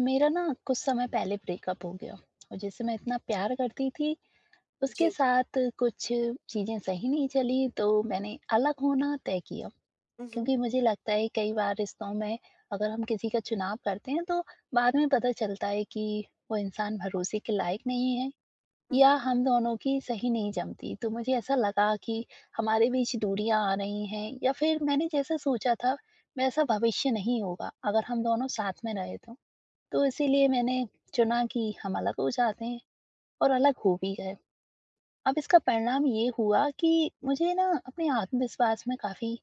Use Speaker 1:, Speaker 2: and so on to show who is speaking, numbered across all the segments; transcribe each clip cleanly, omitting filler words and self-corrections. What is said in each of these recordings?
Speaker 1: मेरा ना कुछ समय पहले ब्रेकअप हो गया और जिसे मैं इतना प्यार करती थी उसके
Speaker 2: जी।
Speaker 1: साथ कुछ चीजें सही नहीं चली तो मैंने अलग होना तय किया,
Speaker 2: हुँ, हुँ,
Speaker 1: क्योंकि मुझे लगता है कई बार रिश्तों में अगर हम किसी का चुनाव करते हैं तो बाद में पता चलता है कि वो इंसान भरोसे के लायक नहीं है
Speaker 2: हुँ,
Speaker 1: या हम दोनों की सही नहीं जमती। तो मुझे ऐसा लगा कि हमारे बीच दूरियां आ रही हैं या फिर मैंने जैसा सोचा था वैसा भविष्य नहीं होगा अगर हम दोनों साथ में रहे तो इसीलिए मैंने चुना कि हम अलग हो जाते हैं और अलग हो भी गए। अब इसका परिणाम ये हुआ कि मुझे ना अपने आत्मविश्वास में काफ़ी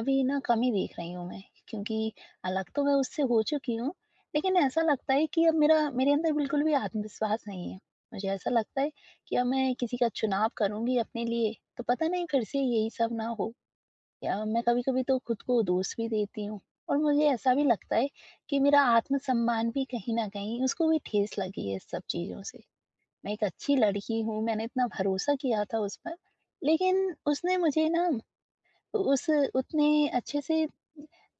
Speaker 1: अभी ना कमी देख रही हूँ मैं, क्योंकि अलग तो मैं उससे हो चुकी हूँ, लेकिन ऐसा लगता है कि अब मेरा मेरे अंदर बिल्कुल भी आत्मविश्वास नहीं है। मुझे ऐसा लगता है कि अब मैं किसी का चुनाव करूँगी अपने लिए, तो पता नहीं फिर से यही सब ना हो। या मैं कभी-कभी तो खुद को दोष भी देती हूँ और मुझे ऐसा भी लगता है कि मेरा आत्मसम्मान भी कहीं न कहीं, उसको भी ठेस लगी है इस सब चीज़ों से। मैं एक अच्छी लड़की हूँ, मैंने इतना भरोसा किया था उस पर, लेकिन उसने मुझे ना उस उतने अच्छे से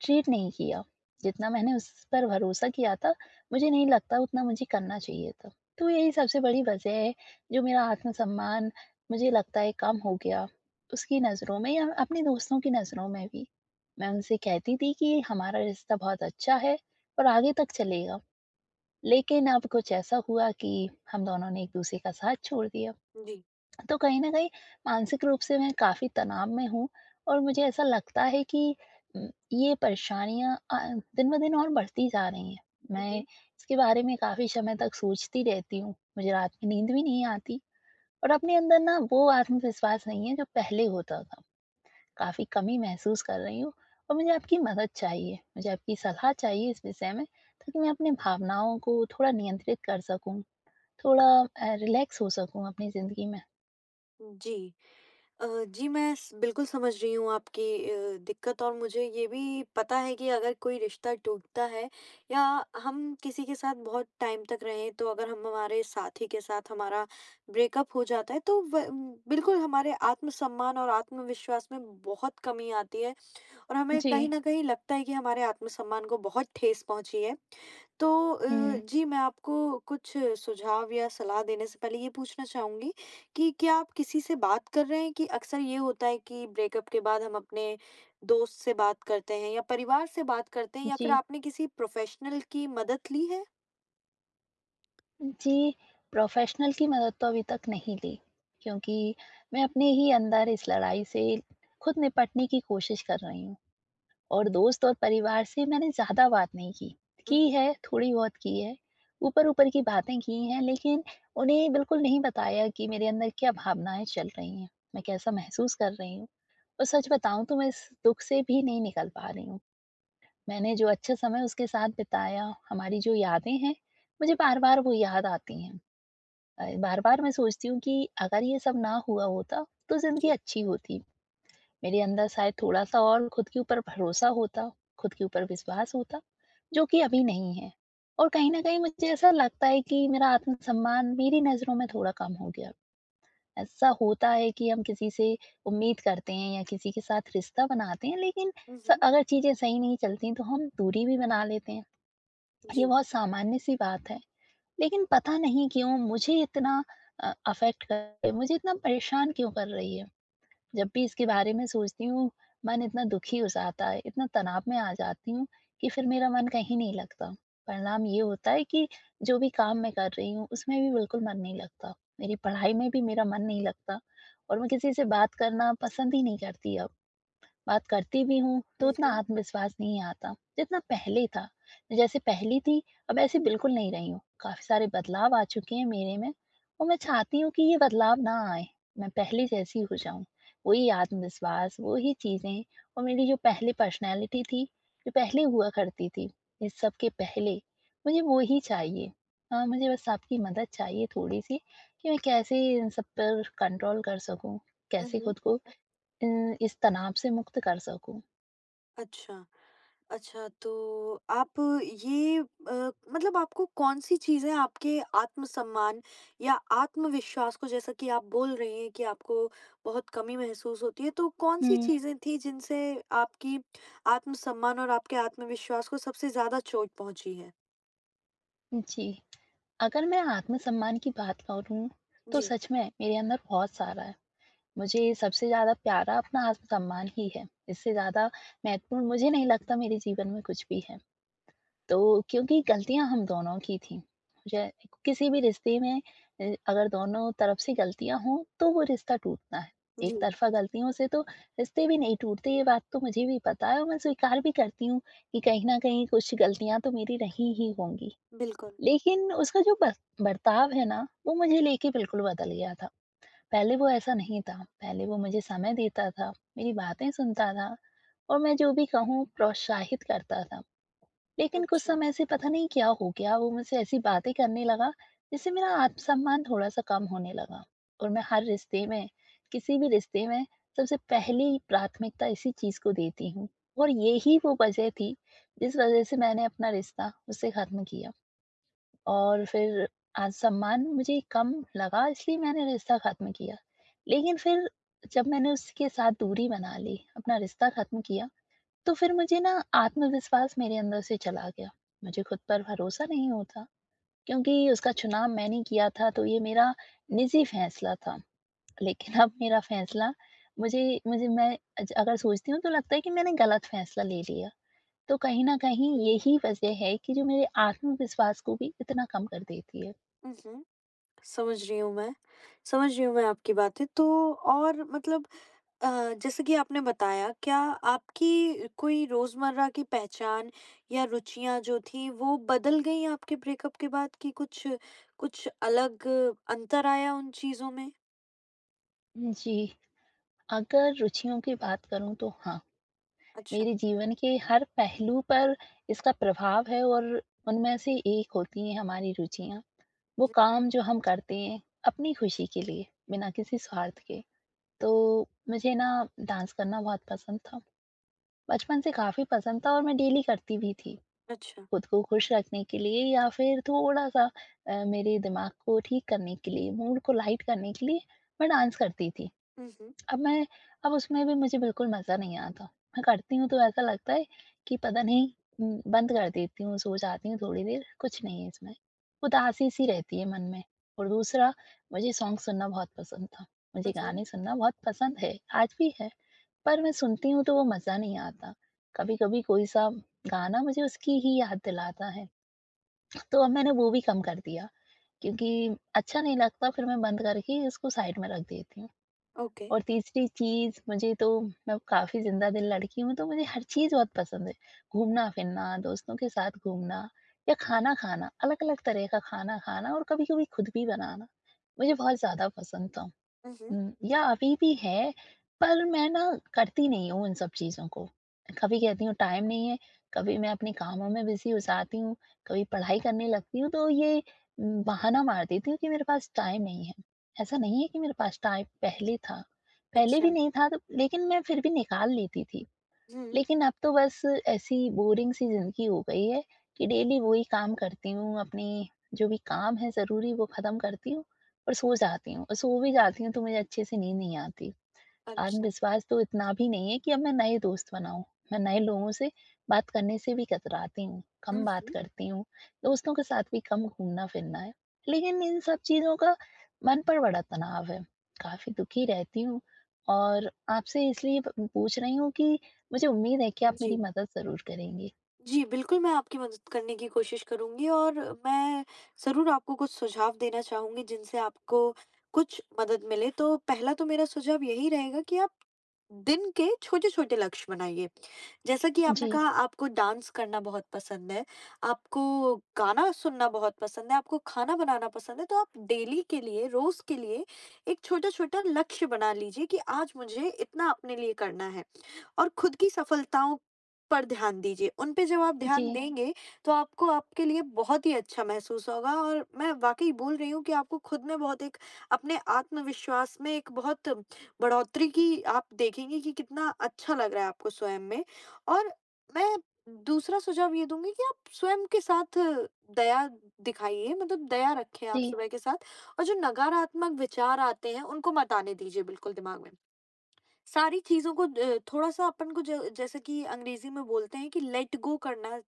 Speaker 1: ट्रीट नहीं किया। जितना मैंने उस पर भरोसा किया था, मुझे नहीं लगता उतना मुझे करना चाहिए था। तो यही सबसे बड़ी वजह है, जो मेरा आत्मसम्मान मुझे लगता है कम हो गया, उसकी नज़रों में या अपने दोस्तों की नज़रों में भी। मैं उनसे कहती थी कि हमारा रिश्ता बहुत अच्छा है और आगे तक चलेगा। लेकिन अब कुछ ऐसा हुआ कि हम दोनों ने एक-दूसरे का साथ छोड़ दिया।
Speaker 2: जी।
Speaker 1: तो कहीं न कहीं मानसिक रूप से मैं काफ़ी तनाव में हूँ और मुझे ऐसा लगता है कि ये परेशानियाँ दिन-ब-दिन और बढ़ती जा रही हैं। मैं
Speaker 2: हुँ,
Speaker 1: इसके बारे में काफ़ी समय तक सोचती रहती हूँ, मुझे रात में नींद भी नहीं आती और अपने अंदर ना वो आत्मविश्वास नहीं है जो पहले होता था। काफ़ी कमी महसूस कर रही हूँ और मुझे आपकी मदद चाहिए, मुझे आपकी सलाह चाहिए इस विषय में, ताकि मैं अपनी भावनाओं को थोड़ा नियंत्रित कर सकूँ, थोड़ा रिलैक्स हो सकूँ अपनी ज़िंदगी में।
Speaker 2: हुँ, जी। जी, मैं स बिल्कुल समझ रही हूँ आपकी दिक्कत। और मुझे ये भी पता है कि अगर कोई रिश्ता टूटता है या हम किसी के साथ बहुत टाइम तक रहें, तो अगर हम हमारे साथी के साथ हमारा ब्रेकअप हो जाता है, तो बिल्कुल हमारे आत्मसम्मान और आत्मविश्वास में बहुत कमी आती है और हमें कहीं
Speaker 1: जी।
Speaker 2: न कहीं लगता है कि हमारे आत्मसम्मान को बहुत ठेस पहुँची है। तो
Speaker 1: हुँ।
Speaker 2: जी, मैं आपको कुछ सुझाव या सलाह देने से पहले ये पूछना चाहूँगी कि क्या आप किसी से बात कर रहे हैं? कि अक्सर ये होता है कि ब्रेकअप के बाद हम अपने दोस्त से बात करते हैं या परिवार से बात करते हैं या फिर
Speaker 1: जी,
Speaker 2: आपने किसी प्रोफ़ेशनल की मदद ली है?
Speaker 1: जी, प्रोफ़ेशनल की मदद तो अभी तक नहीं ली, क्योंकि मैं अपने ही अंदर इस लड़ाई से खुद निपटने की कोशिश कर रही हूँ और दोस्त और परिवार से मैंने ज़्यादा बात नहीं की।
Speaker 2: हुँ,
Speaker 1: की
Speaker 2: हुँ।
Speaker 1: है, थोड़ी बहुत की है, ऊपर-ऊपर की बातें की हैं, लेकिन उन्हें बिल्कुल नहीं बताया कि मेरे अंदर क्या भावनाएँ चल रही हैं, मैं कैसा महसूस कर रही हूँ और सच बताऊँ तो मैं इस दुःख से भी नहीं निकल पा रही हूँ। मैंने जो अच्छा समय उसके साथ बिताया, हमारी जो यादें हैं, मुझे बार-बार वो याद आती हैं। बार बार मैं सोचती हूँ कि अगर ये सब ना हुआ होता तो जिंदगी
Speaker 2: जी।
Speaker 1: अच्छी होती, मेरे अंदर शायद थोड़ा सा और खुद के ऊपर भरोसा होता, खुद के ऊपर विश्वास होता, जो कि अभी नहीं है। और कहीं ना कहीं मुझे ऐसा लगता है कि मेरा आत्मसम्मान मेरी नजरों में थोड़ा कम हो गया। ऐसा होता है कि हम किसी से उम्मीद करते हैं या किसी के साथ रिश्ता बनाते हैं, लेकिन
Speaker 2: हुँ, हुँ।
Speaker 1: अगर चीजें सही नहीं चलती तो हम दूरी भी बना लेते हैं। ये
Speaker 2: जी।
Speaker 1: बहुत सामान्य सी बात है, लेकिन पता नहीं क्यों मुझे इतना अफ़ेक्ट कर रही है, मुझे इतना परेशान क्यों कर रही है? जब भी इसके बारे में सोचती हूँ, मन इतना दुखी हो जाता है, इतना तनाव में आ जाती हूँ कि फिर मेरा मन कहीं नहीं लगता। परिणाम ये होता है कि जो भी काम मैं कर रही हूँ, उसमें भी बिल्कुल मन नहीं लगता। मेरी पढ़ाई में भी मेरा मन नहीं लगता और मैं किसी से बात करना पसंद ही नहीं करती अब। बात करती भी हूँ तो
Speaker 2: हुँ,
Speaker 1: उतना
Speaker 2: हुँ।
Speaker 1: आत्मविश्वास नहीं आता जितना पहले था, जैसे पहली थी। अब ऐसी बिल्कुल नहीं रही हूँ, काफी सारे बदलाव आ चुके हैं मेरे में और मैं चाहती हूँ कि ये बदलाव ना आए, मैं पहले जैसी हो जाऊं। वही आत्मविश्वास, वही चीजें और मेरी जो पहले पर्सनैलिटी थी, जो पहले हुआ करती थी इस सब के पहले, मुझे वो ही चाहिए। हाँ, मुझे बस आपकी मदद चाहिए थोड़ी सी, कि मैं कैसे इन सब पर कंट्रोल कर सकूं,
Speaker 2: हुँ,
Speaker 1: कैसे
Speaker 2: हुँ।
Speaker 1: खुद को अ, इस तनाव से मुक्त कर सकूँ।
Speaker 2: अच्छा। अच्छा, तो आप ये मतलब आपको कौन-सी चीज़ें आपके आत्मसम्मान या आत्मविश्वास को, जैसा कि आप बोल रही हैं कि आपको बहुत कमी महसूस होती है, तो कौन-सी
Speaker 1: हुँ।
Speaker 2: चीज़ें थी जिनसे आपकी आत्मसम्मान और आपके आत्मविश्वास को सबसे ज़्यादा चोट पहुँची है?
Speaker 1: जी, अगर मैं आत्मसम्मान की बात करूँ, तो
Speaker 2: जी।
Speaker 1: सच में मेरे अंदर बहुत सारा है। मुझे सबसे ज़्यादा प्यारा अपना आत्मसम्मान ही है। इससे ज़्यादा महत्वपूर्ण मुझे नहीं लगता मेरे जीवन में कुछ भी है। तो क्योंकि गलतियाँ हम दोनों की थी। मुझे किसी भी रिश्ते में अगर दोनों तरफ से गलतियाँ हों, तो वो रिश्ता टूटता है। एक
Speaker 2: जी।
Speaker 1: तरफ़ा गलतियों से तो रिश्ते भी नहीं टूटते, ये बात तो मुझे भी पता है और मैं स्वीकार भी करती हूँ कि कहीं न कहीं कुछ गलतियाँ तो मेरी रही ही होंगी।
Speaker 2: बिल्कुल।
Speaker 1: लेकिन उसका जो बर बर्ताव है ना, वो मुझे लेके बिल्कुल बदल गया था। पहले वो ऐसा नहीं था, पहले वो मुझे समय देता था, मेरी बातें सुनता था और मैं जो भी कहूँ प्रोत्साहित करता था। लेकिन कुछ
Speaker 2: अच्छा।
Speaker 1: समय से पता नहीं क्या हो गया, वो मुझसे ऐसी बातें करने लगा, जिससे मेरा आत्मसम्मान थोड़ा-सा कम होने लगा और मैं हर रिश्ते में, किसी भी रिश्ते में सबसे पहली प्राथमिकता इसी चीज़ को देती हूँ और यही वो वजह थी, जिस वजह से मैंने अपना रिश्ता उससे ख़त्म किया और फिर आत्मसम्मान मुझे कम लगा, इसलिए मैंने रिश्ता ख़त्म किया। लेकिन फिर जब मैंने उसके साथ दूरी बना ली, अपना रिश्ता ख़त्म किया, तो फिर मुझे ना आत्मविश्वास मेरे अंदर से चला गया। मुझे खुद पर भरोसा नहीं होता, क्योंकि उसका चुनाव मैंने किया था, तो ये मेरा निजी फैसला था। लेकिन अब मेरा फैसला मुझे मुझे मैं अज अगर सोचती हूँ तो लगता है कि मैंने गलत फैसला ले लिया। तो कहीं न कहीं
Speaker 2: जी।
Speaker 1: यही वजह है कि जो मेरे आत्मविश्वास को भी इतना कम कर देती है।
Speaker 2: हुँ, हुँ। समझ रही हूँ मैं। समझ रही हूँ मैं आपकी बातें। तो और मतलब जैसे कि आपने बताया, क्या आपकी कोई रोज़मर्रा की पहचान या रुचियाँ जो थीं, वो बदल गईं आपके ब्रेकअप के बाद, कि कुछ कुछ अलग अंतर आया उन चीज़ों में?
Speaker 1: जी, अगर रुचियों की बात करूँ तो हाँ,
Speaker 2: अच्छा।
Speaker 1: मेरे जीवन के हर पहलू पर इसका प्रभाव है और उनमें से एक होती हैं हमारी रुचियाँ। वो
Speaker 2: हुँ,
Speaker 1: काम जो हम करते हैं अपनी खुशी के लिए, बिना किसी स्वार्थ के। तो मुझे ना डांस करना बहुत पसंद था, बचपन से काफी पसंद था और मैं डेली करती भी थी,
Speaker 2: अच्छा।
Speaker 1: खुद को खुश रखने के लिए या फिर थोड़ा सा मेरे दिमाग को ठीक करने के लिए, मूड को लाइट करने के लिए मैं डांस करती थी।
Speaker 2: हुँ, हुँ।
Speaker 1: अब मैं अब उसमें भी मुझे बिल्कुल मज़ा नहीं आता। मैं करती हूँ तो ऐसा लगता है कि पता नहीं, बंद कर देती हूँ, सो जाती हूँ थोड़ी देर, कुछ नहीं है इसमें। उदासी सी रहती है मन में। और दूसरा, मुझे सॉन्ग सुनना बहुत पसंद था।
Speaker 2: हुँ,
Speaker 1: मुझे
Speaker 2: हुँ।
Speaker 1: गाने सुनना बहुत पसंद है, आज भी है। पर मैं सुनती हूँ तो वो मज़ा नहीं आता। कभी-कभी कोई सा गाना मुझे उसकी ही याद दिलाता है। तो अब मैंने वो भी कम कर दिया, क्योंकि अच्छा नहीं लगता, फिर मैं बंद करके उसको साइड में रख देती हूँ।
Speaker 2: ओके।
Speaker 1: और तीसरी चीज़ मुझे तो, मैं काफ़ी ज़िंदा दिल लड़की हूँ, तो मुझे हर चीज़ बहुत पसंद है। घूमना-फिरना, दोस्तों के साथ घूमना या खाना खाना, अलग-अलग तरह का खाना खाना और कभी-कभी खुद भी बनाना, मुझे बहुत ज़्यादा पसंद था।
Speaker 2: हुँ, हुँ।
Speaker 1: हुँ, या अभी भी है, पर मैं ना करती नहीं हूँ इन सब चीज़ों को। कभी कहती हूँ टाइम नहीं है, कभी मैं अपने कामों में बिज़ी हो जाती हूँ, कभी पढ़ाई करने लगती हूँ, तो ये बहाना मार देती हूँ कि मेरे पास टाइम नहीं है। ऐसा नहीं है कि मेरे पास टाइम पहले था, पहले भी
Speaker 2: अच्छा।
Speaker 1: नहीं था तो, लेकिन मैं फिर भी निकाल लेती थी।
Speaker 2: हुँ,
Speaker 1: लेकिन अब तो बस ऐसी बोरिंग सी ज़िंदगी हो गई है कि डेली वही काम करती हूँ, अपने जो भी काम है ज़रूरी वो ख़त्म करती हूँ और सो जाती हूँ और सो भी जाती हूँ तो मुझे अच्छे से नींद नहीं आती।
Speaker 2: अच्छा।
Speaker 1: आत्मविश्वास तो इतना भी नहीं है कि अब मैं नए दोस्त बनाऊँ। मैं नए लोगों से बात करने से भी कतराती हूँ,
Speaker 2: हुँ,
Speaker 1: कम बात
Speaker 2: हुँ।
Speaker 1: करती हूँ, दोस्तों के साथ भी कम घूमना-फिरना है। लेकिन इन सब चीज़ों का मन पर बड़ा तनाव है, काफ़ी दुखी रहती हूँ और आपसे इसलिए प पूछ रही हूँ कि मुझे उम्मीद है कि आप मेरी
Speaker 2: जी।
Speaker 1: मदद ज़रूर करेंगे।
Speaker 2: जी, बिल्कुल, मैं आपकी मदद करने की कोशिश करूँगी और मैं ज़रूर आपको कुछ सुझाव देना चाहूँगी जिनसे आपको कुछ मदद मिले। तो पहला तो मेरा सुझाव यही रहेगा कि आप दिन के छोटे-छोटे लक्ष्य बनाइए। जैसा कि आपने
Speaker 1: जी,
Speaker 2: कहा, आपको डांस करना बहुत पसंद है, आपको गाना सुनना बहुत पसंद है, आपको खाना बनाना पसंद है, तो आप डेली के लिए, रोज़ के लिए एक छोटा-छोटा लक्ष्य बना लीजिए कि आज मुझे इतना अपने लिए करना है। और खुद की सफलताओं पर ध्यान दीजिए। उन पे जब आप ध्यान
Speaker 1: जी,
Speaker 2: देंगे, तो आपको आपके लिए बहुत ही अच्छा महसूस होगा और मैं वाक़ई बोल रही हूँ कि आपको खुद में बहुत एक अपने आत्मविश्वास में एक बहुत बढ़ोतरी की आप देखेंगे कि कितना अच्छा लग रहा है आपको स्वयं में। और मैं दूसरा सुझाव ये दूँगी कि आप स्वयं के साथ दया दिखाइए, मतलब दया रखें आप
Speaker 1: जी।
Speaker 2: स्वयं के साथ और जो नकारात्मक विचार आते हैं, उनको मत आने दीजिए बिल्कुल दिमाग में। सारी चीज़ों को थोड़ा-सा अपन को ज जैसे कि अंग्रेज़ी में बोलते हैं कि लेट गो करना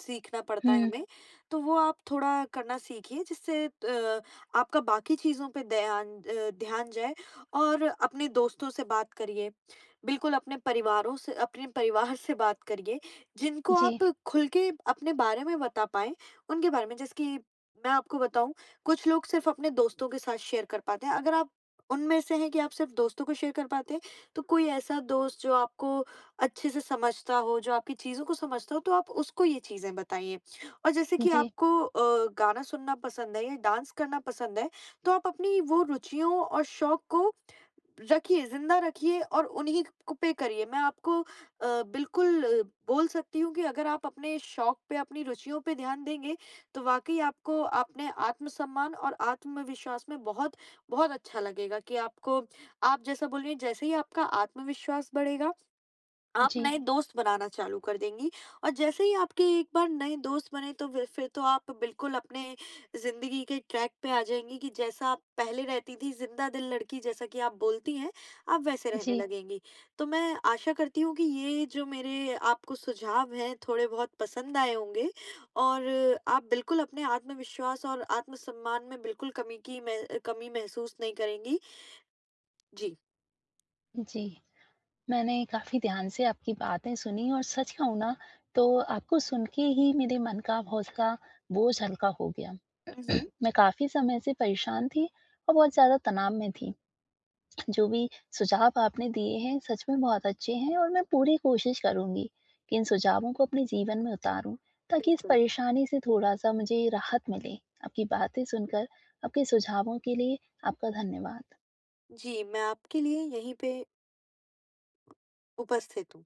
Speaker 2: सीखना पड़ता है
Speaker 1: हुँ,
Speaker 2: हमें, तो वो आप थोड़ा करना सीखिए, जिससे आपका बाकी चीज़ों पे ध्यान जाए और अपने दोस्तों से बात करिए। बिल्कुल अपने परिवार से बात करिए, जिनको
Speaker 1: जी,
Speaker 2: आप खुल के अपने बारे में बता पाएँ, उनके बारे में। जैसे कि मैं आपको बताऊँ, कुछ लोग सिर्फ़ अपने दोस्तों के साथ शेयर कर पाते हैं, अगर आप उनमें से हैं कि आप सिर्फ़ दोस्तों को शेयर कर पाते हैं, तो कोई ऐसा दोस्त जो आपको अच्छे से समझता हो, जो आपकी चीज़ों को समझता हो, तो आप उसको ये चीज़ें बताइए। और जैसे कि
Speaker 1: जी,
Speaker 2: आपको गाना सुनना पसंद है या डांस करना पसंद है, तो आप अपनी वो रुचियों और शौक को रखिए, ज़िंदा रखिए और उन्हीं क पे करिए। मैं आपको बिल्कुल बोल सकती हूँ कि अगर आप अपने शौक पे, अपनी रुचियों पे ध्यान देंगे, तो वाक़ई आपको अपने आत्मसम्मान और आत्मविश्वास में बहुत, बहुत अच्छा लगेगा कि आपको, आप जैसा बोल रही हैं, जैसे ही आपका आत्मविश्वास बढ़ेगा आप
Speaker 1: जी,
Speaker 2: नए दोस्त बनाना चालू कर देंगी और जैसे ही आपके एक बार नए दोस्त बने तो फिर तो आप बिल्कुल अपने ज़िंदगी के ट्रैक पे आ जाएँगी कि जैसा आप पहले रहती थी, ज़िंदा दिल लड़की जैसा कि आप बोलती हैं, आप वैसे रहने
Speaker 1: जी,
Speaker 2: लगेंगी। तो मैं आशा करती हूँ कि ये जो मेरे आपको सुझाव हैं थोड़े बहुत पसंद आए होंगे और आप बिल्कुल अपने आत्मविश्वास और आत्मसम्मान में बिल्कुल कमी की मह कमी महसूस नहीं करेंगी। जी।
Speaker 1: जी। मैंने काफ़ी ध्यान से आपकी बातें सुनी और सच कहूँ ना, तो आपको सुन के ही मेरे मन का हौसला, बोझ हल्का हो गया।
Speaker 2: हुँ, हुँ।
Speaker 1: मैं काफ़ी समय से परेशान थी और बहुत ज़्यादा तनाव में थी। जो भी सुझाव आपने दिए हैं, सच में बहुत अच्छे हैं और मैं पूरी कोशिश करूँगी कि इन सुझावों को अपने जीवन में उतारूँ, ताकि इस
Speaker 2: बिल्कुल।
Speaker 1: परेशानी से थोड़ा-सा मुझे राहत मिले। आपकी बातें सुनकर, आपके सुझावों के लिए आपका धन्यवाद।
Speaker 2: जी, मैं आपके लिए यहीं पे उपस्थित हूँ।